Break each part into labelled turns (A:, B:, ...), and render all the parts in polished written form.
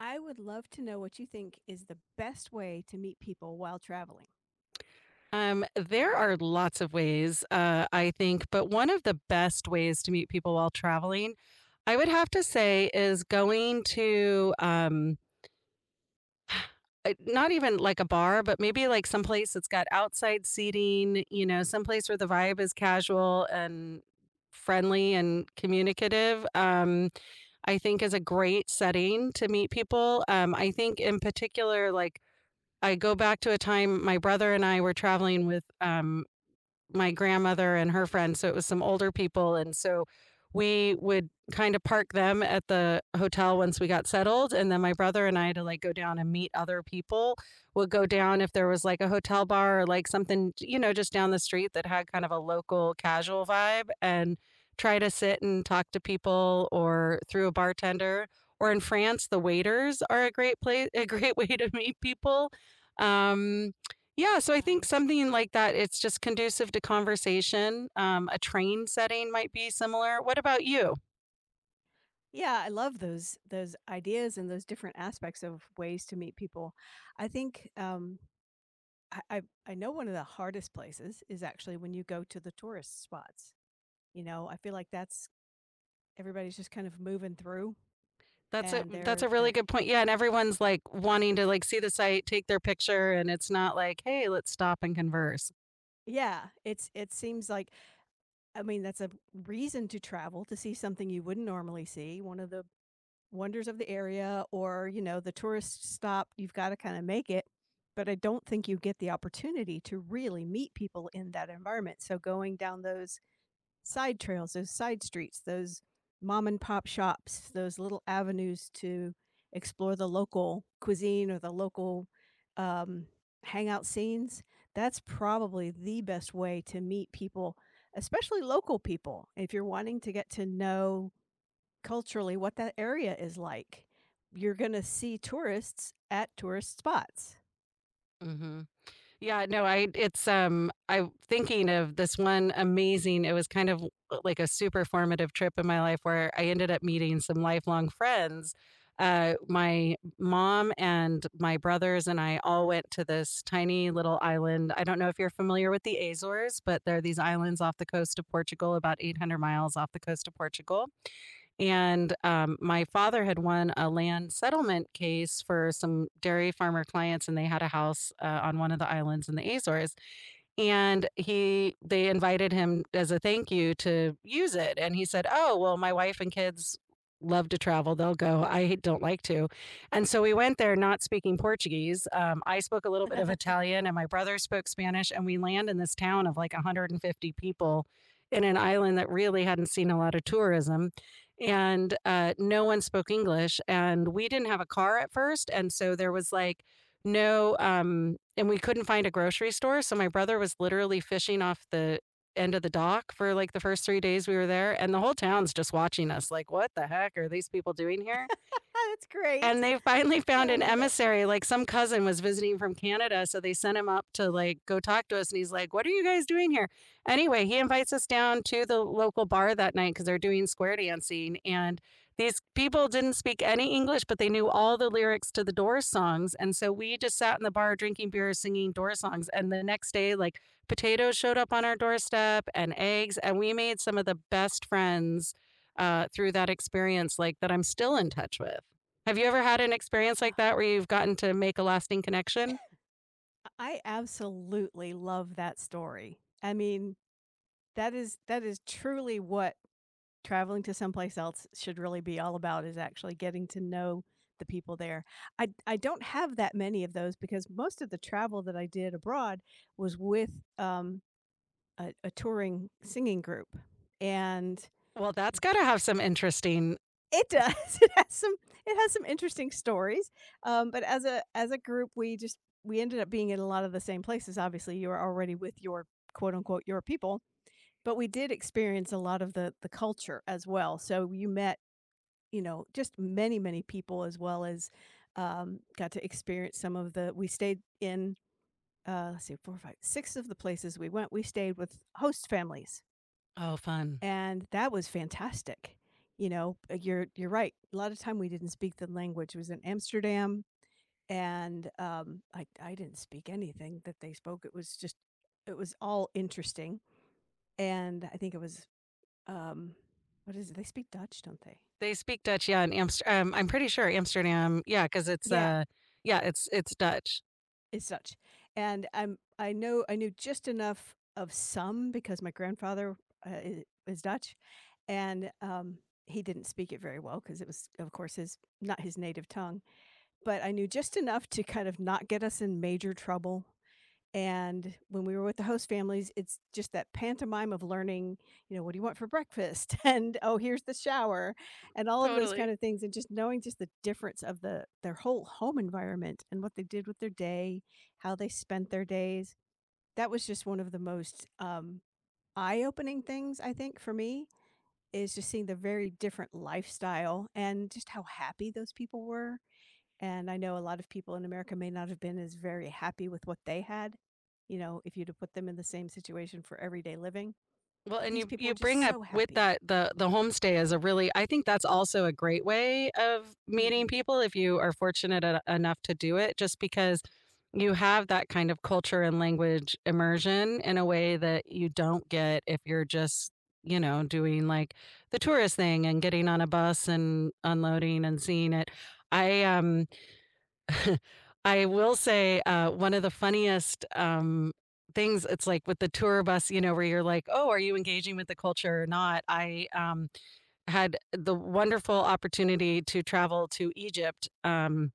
A: I would love to know what you think is the best way to meet people while traveling.
B: There are lots of ways, I think, but one of the best ways to meet people while traveling, I would have to say, is going to not even like a bar, but maybe like someplace that's got outside seating, you know, someplace where the vibe is casual and friendly and communicative, I think is a great setting to meet people. I think in particular, like I go back to a time my brother and I were traveling with my grandmother and her friend, so it was some older people, and so we would kind of park them at the hotel once we got settled, and then my brother and I to like go down and meet other people would go down if there was like a hotel bar or like something, you know, just down the street that had kind of a local casual vibe and try to sit and talk to people or through a bartender. Or in France, the waiters are a great place a great way to meet people. Um, yeah, so I think
A: Nice.
B: something like that, it's just conducive to conversation. A train setting might be similar. What about you?
A: Yeah, I love those ideas and those different aspects of ways to meet people. I think I know one of the hardest places is actually when you go to the tourist spots. You know, I feel like that's everybody's just kind of moving through,
B: That's a
A: and
B: that's a
A: they're
B: really
A: they're
B: good point. Yeah, and everyone's like wanting to like see the site, take their picture, and it's not like, hey, let's stop and converse.
A: yeah. It seems like I mean that's a reason to travel to see something you wouldn't normally see. One of the wonders of the area or, you know, the tourist stop, you've got to kind of make it. But I don't think you get the opportunity to really meet people in that environment. So going down those side trails, those side streets, those mom and pop shops, those little avenues to explore the local cuisine or the local um, hangout scenes, that's probably the best way to meet people, especially local people. If you're wanting to get to know culturally what that area is like. You're gonna see tourists at tourist spots.
B: Hmm. Yeah, no, I it's, I'm thinking of this one amazing it was kind of like a super formative trip in my life where I ended up meeting some lifelong friends. My mom and my brothers and I all went to this tiny little island. I don't know if you're familiar with the Azores, but there are these islands off the coast of Portugal, about 800 miles off the coast of Portugal. And, my father had won a land settlement case for some dairy farmer clients, and they had a house, on one of the islands in the Azores. And he they invited him as a thank you to use it, and he said, "Oh, well, my wife and kids love to travel, they'll go, I don't like to." And so we went there not speaking Portuguese, I spoke a little bit of Italian, and my brother spoke Spanish, and we land in this town of, like, 150 people in an island that really hadn't seen a lot of tourism, and, no one spoke English, and we didn't have a car at first, and so there was, like, no, and we couldn't find a grocery store. So my brother was literally fishing off the end of the dock for like the first 3 days we were there. And the whole town's just watching us, like, what the heck are these people doing here?
A: Ah, that's
B: And
A: great.
B: they finally found
A: I
B: an
A: love it.
B: emissary, like some cousin was visiting from Canada, so they sent him up to like go talk to us and he's like, "What are you guys doing here?" Anyway, he invites us down to the local bar that night cuz they're doing square dancing and these people didn't speak any English, but they knew all the lyrics to the Doors songs. And so we just sat in the bar drinking beer, singing Doors songs. And the next day, like potatoes showed up on our doorstep and eggs. And we made some of the best friends through that experience, like that I'm still in touch with. Have you ever had an experience
A: Oh,
B: like that where you've gotten to make a lasting connection?
A: I absolutely love that story. I mean, that is truly what traveling to someplace else should really be all about is actually getting to know the people there. I don't have that many of those because most of the travel that I did abroad was with a touring singing group, and
B: Well, that's got to have some interesting
A: it does. It has some interesting stories. But as a group, we just we ended up being in a lot of the same places. Obviously, you were already with your quote unquote your people, but we did experience a lot of the culture as well. So you met, you know, just many many people as well as got to experience some of the. We stayed in let's see, four, five, six of the places we went. We stayed with host families
B: oh, fun.
A: and that was fantastic. You know, you're right. A lot of time we didn't speak the language. It was in Amsterdam, and I didn't speak anything that they spoke. It was just it was all interesting, and I think it was um, what is it? They speak Dutch, don't they?
B: They speak Dutch, yeah, in Amst I'm pretty sure Amsterdam, yeah, because it's,
A: Yeah,
B: uh yeah, it's Dutch.
A: it's Dutch, and I know I knew just enough of some because my grandfather is Dutch, and he didn't speak it very well because it was, of course, his not his native tongue but I knew just enough to kind of not get us in major trouble. And when we were with the host families, it's just that pantomime of learning, you know, what do you want for breakfast? And oh, here's the shower and all of those kind
B: Totally.
A: of things. And just knowing just the difference of the their whole home environment and what they did with their day, how they spent their days. That was just one of the most eye-opening things, I think, for me, is just seeing the very different lifestyle and just how happy those people were and I know a lot of people in America may not have been as very happy with what they had, you know, if you'd have put them in the same situation for everyday living,
B: Well,
A: but
B: and
A: these
B: you
A: people
B: you
A: were
B: bring
A: just
B: up
A: so
B: with
A: happy.
B: that the homestay is a really I think that's also a great way of meeting
A: Mhm.
B: people if you are fortunate e enough to do it just because you have that kind of culture and language immersion in a way that you don't get if you're just, you know, doing, like, the tourist thing and getting on a bus and unloading and seeing it. I, um I will say, one of the funniest, things it's like with the tour bus, you know, where you're like, "Oh, are you engaging with the culture or not?" Had the wonderful opportunity to travel to Egypt,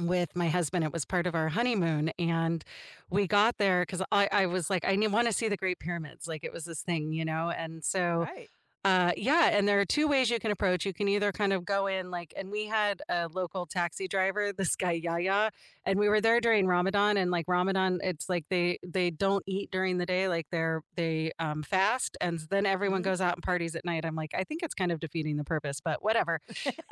B: with my husband. It was part of our honeymoon, and we got there 'cause I was like, "I wanna see the Great Pyramids," like, it was this thing, you know, and so
A: Right.
B: yeah, and there are 2 ways you can approach. You can either kind of go in like and we had a local taxi driver, this guy Yaya, and we were there during Ramadan and, like, Ramadan, it's like they don't eat during the day, like, fast, and then everyone
A: Mhm.
B: goes out and parties at night. I'm like, "I think it's kind of defeating the purpose," but whatever.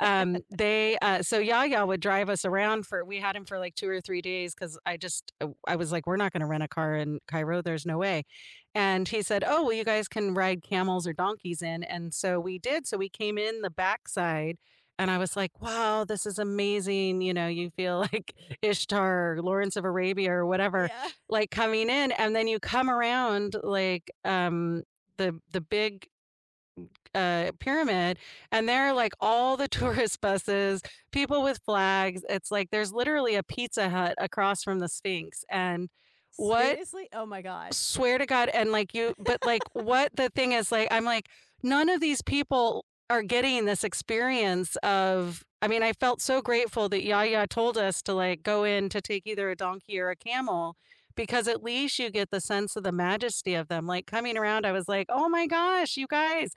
B: They, so Yaya would drive us around for we had him for, like, 2 or 3 days because I just, I was like, "We're not gonna rent a car in Cairo, there's no way." And he said, "Oh, well, you guys can ride camels or donkeys in." And so we did. So we came in the backside, and I was like, "Wow, this is amazing." You know, you feel like Ishtar or Lawrence of Arabia or whatever,
A: Yeah.
B: like coming in, and then you come around like the big pyramid and there are like all the tourist buses people with flags it's like there's literally a Pizza Hut across from the Sphinx and what.
A: Seriously? Oh my gosh.
B: Swear to God, and like you but like what the thing is like, I'm like, none of these people are getting this experience of I mean, I felt so grateful that Yaya told us to like go in to take either a donkey or a camel because at least you get the sense of the majesty of them. Like coming around, I was like, "Oh my gosh, you guys."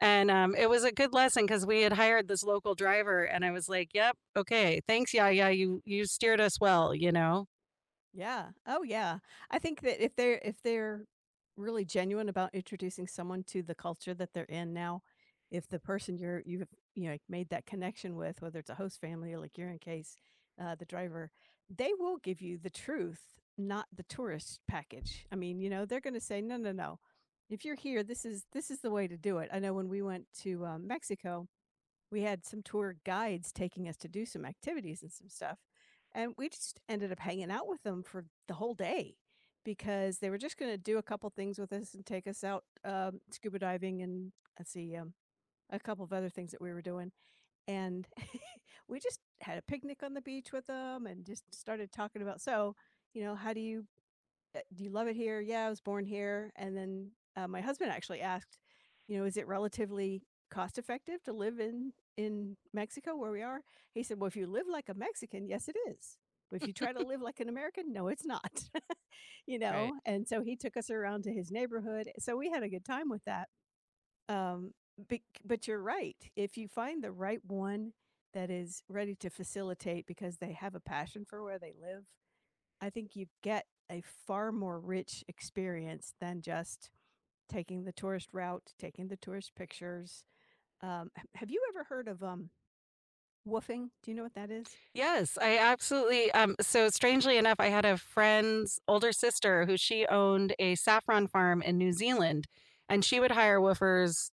B: And, it was a good lesson because we had hired this local driver and I was like, "Yep, okay. Thanks, Yaya. You steered us well," you know?
A: Yeah. Oh, yeah. I think that if they're really genuine about introducing someone to the culture that they're in now, if the person you've you know made that connection with, whether it's a host family or like your in case, the driver, they will give you the truth, not the tourist package. I mean, you know, they're going to say, no, no, no. If you're here, this is the way to do it. I know when we went to Mexico, we had some tour guides taking us to do some activities and some stuff. And we just ended up hanging out with them for the whole day because they were just going to do a couple things with us and take us out scuba diving and let's see, a couple of other things that we were doing. And we just had a picnic on the beach with them and just started talking about so, you know, how do you love it here? Yeah, I was born here. And then my husband actually asked, you know, is it relatively cost effective to live in Mexico where we are? He said, well, if you live like a Mexican, yes, it is. But if you try to live like an American, no, it's not. You
B: Right.
A: know, and so he took us around to his neighborhood. So we had a good time with that. Um, but you're right. If you find the right one that is ready to facilitate because they have a passion for where they live, I think you get a far more rich experience than just taking the tourist route, taking the tourist pictures. Have you ever heard of woofing? Do you know what that is?
B: Yes, I absolutely, so strangely enough, I had a friend's older sister who she owned a saffron farm in New Zealand, and she would hire woofers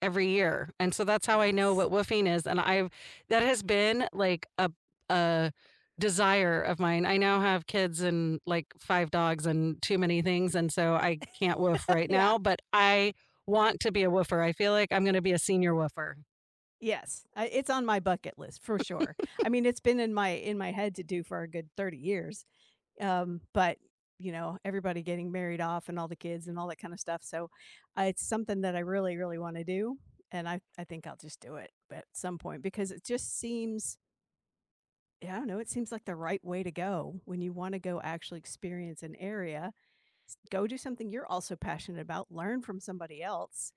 B: every year, and so that's how I know
A: Yes.
B: what woofing is, and I've that has been like a desire of mine. I now have kids and like 5 dogs and too many things, and so I can't woof right
A: Yeah.
B: now, but I want to be a woofer. I feel like I'm going to be a senior woofer.
A: Yes, I, it's on my bucket list for sure. I mean, it's been in my head to do for a good 30 years. But you know, everybody getting married off and all the kids and all that kind of stuff. So it's something that I really, really want to do, and I think I'll just do it at some point because it just seems yeah, I don't know, it seems like the right way to go when you wanna go actually experience an area. S go do something you're also passionate about, learn from somebody else,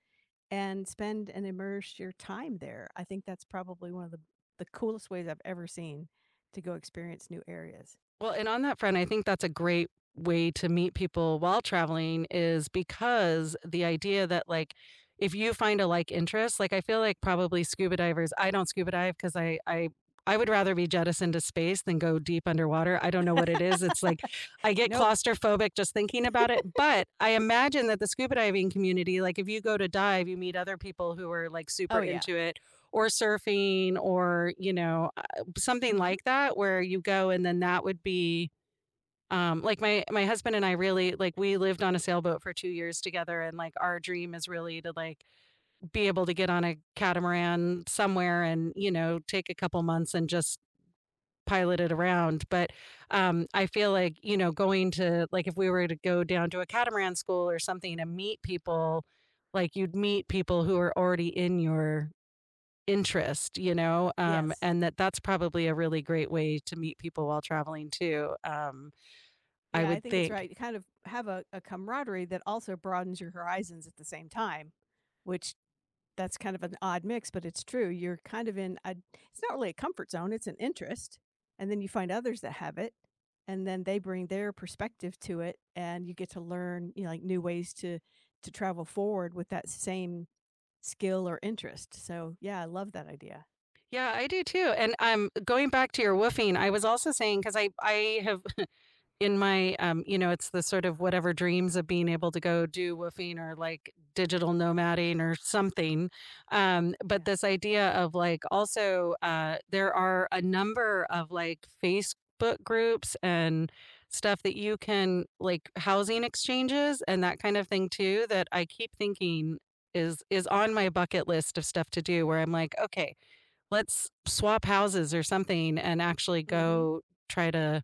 A: and spend and immerse your time there. I think that's probably one of the coolest ways I've ever seen to go experience new areas.
B: Well, and on that front, I think that's a great way to meet people while traveling is because the idea that like if you find a like interest, like I feel like probably scuba divers, I don't scuba dive because I would rather be jettisoned to space than go deep underwater. I don't know what it is. It's like I get
A: Nope.
B: claustrophobic just thinking about it. But I imagine that the scuba diving community, like if you go to dive, you meet other people who are like super
A: Oh, yeah.
B: into it or surfing or, you know, something
A: Mhm.
B: like that where you go and then that would be like my husband and I really like we lived on a sailboat for 2 years together and like our dream is really to like be able to get on a catamaran somewhere and, you know, take a couple months and just pilot it around, but, I feel like, you know, going to like if we were to go down to a catamaran school or something and meet people, like you'd meet people who are already in your interest, you know,
A: Yes.
B: and that's probably a really great way to meet people while traveling too. I
A: Yeah, I
B: would
A: think it's
B: think.
A: right. You kind of have a camaraderie that also broadens your horizons at the same time, which that's kind of an odd mix, but it's true. You're kind of in a it's not really a comfort zone, it's an interest, and then you find others that have it, and then they bring their perspective to it, and you get to learn, you know, like, new ways to travel forward with that same skill or interest. So, yeah, I love that idea.
B: Yeah, I do too. And going back to your woofing, I was also saying because I have in my, you know, it's the sort of whatever dreams of being able to go do woofing or like digital nomading or something. But
A: Yeah.
B: this idea of like also, there are a number of like Facebook groups and stuff that you can like housing exchanges and that kind of thing too that I keep thinking is on my bucket list of stuff to do where I'm like, okay, let's swap houses or something and actually
A: Mhm.
B: go try to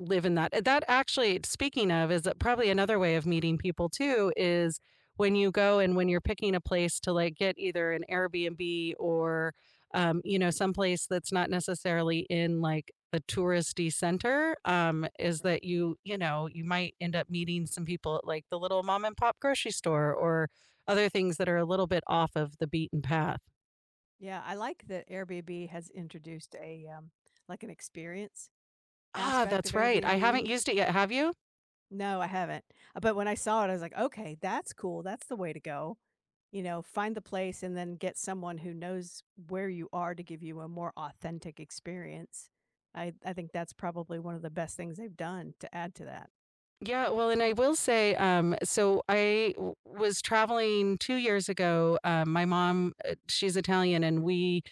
B: live in that. That actually, speaking of, is probably another way of meeting people too, is when you go and when you're picking a place to like get either an Airbnb or, you know, someplace that's not necessarily in like a touristy center, is
A: Right.
B: that you know, you might end up meeting some people at like the little mom and pop grocery store or other things that are a little bit off of the beaten path.
A: Yeah, I like that Airbnb has introduced a, like, an experience
B: Ah,
A: aspect of
B: that's right. I haven't
A: Airbnb.
B: used it yet. Have you?
A: No, I haven't. But when I saw it, I was like, "Okay, that's cool. That's the way to go." You know, find the place and then get someone who knows where you are to give you a more authentic experience. I think that's probably one of the best things they've done to add to that.
B: Yeah, well, and I will say, so I w was traveling 2 years ago, my mom, she's Italian, and we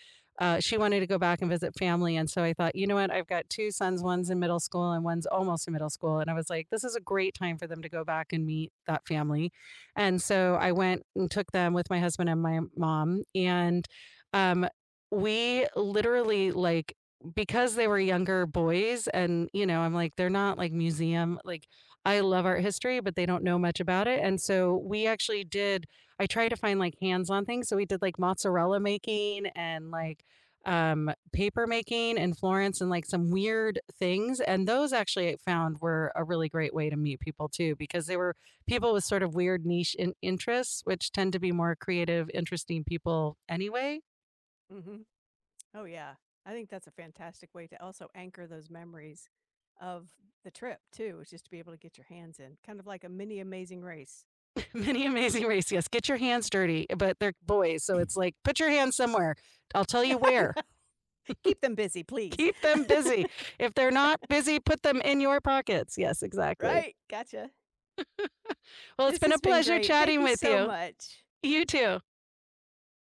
B: she wanted to go back and visit family, and so I thought, "You know what? I've got 2 sons, one's in middle school and one's almost in middle school," and I was like, "This is a great time for them to go back and meet that family," and so I went and took them with my husband and my mom, and, um, we literally, like because they were younger boys and, you know, I'm like, "They're not, like, museum" like, I love art history, but they don't know much about it. And so we actually did, I try to find like hands on things. So we did like mozzarella making and like paper making in Florence and like some weird things. And those actually I found were a really great way to meet people too, because they were people with sort of weird niche interests, which tend to be more creative, interesting people anyway.
A: Mhm. Oh, yeah. I think that's a fantastic way to also anchor those memories of the trip too, is just to be able to get your hands in, kind of like a mini Amazing Race.
B: Many amazing race. Yes, get your hands dirty, but they're boys. So it's like, put your hands somewhere. I'll tell you
A: I
B: where.
A: know. Keep them busy, please.
B: Keep them busy. If they're not busy, put them in your pockets. Yes, exactly.
A: Right. Gotcha.
B: Well, it's
A: This
B: been a
A: has been
B: pleasure
A: great. Thank
B: chatting
A: you
B: with
A: so
B: you.
A: much.
B: You too.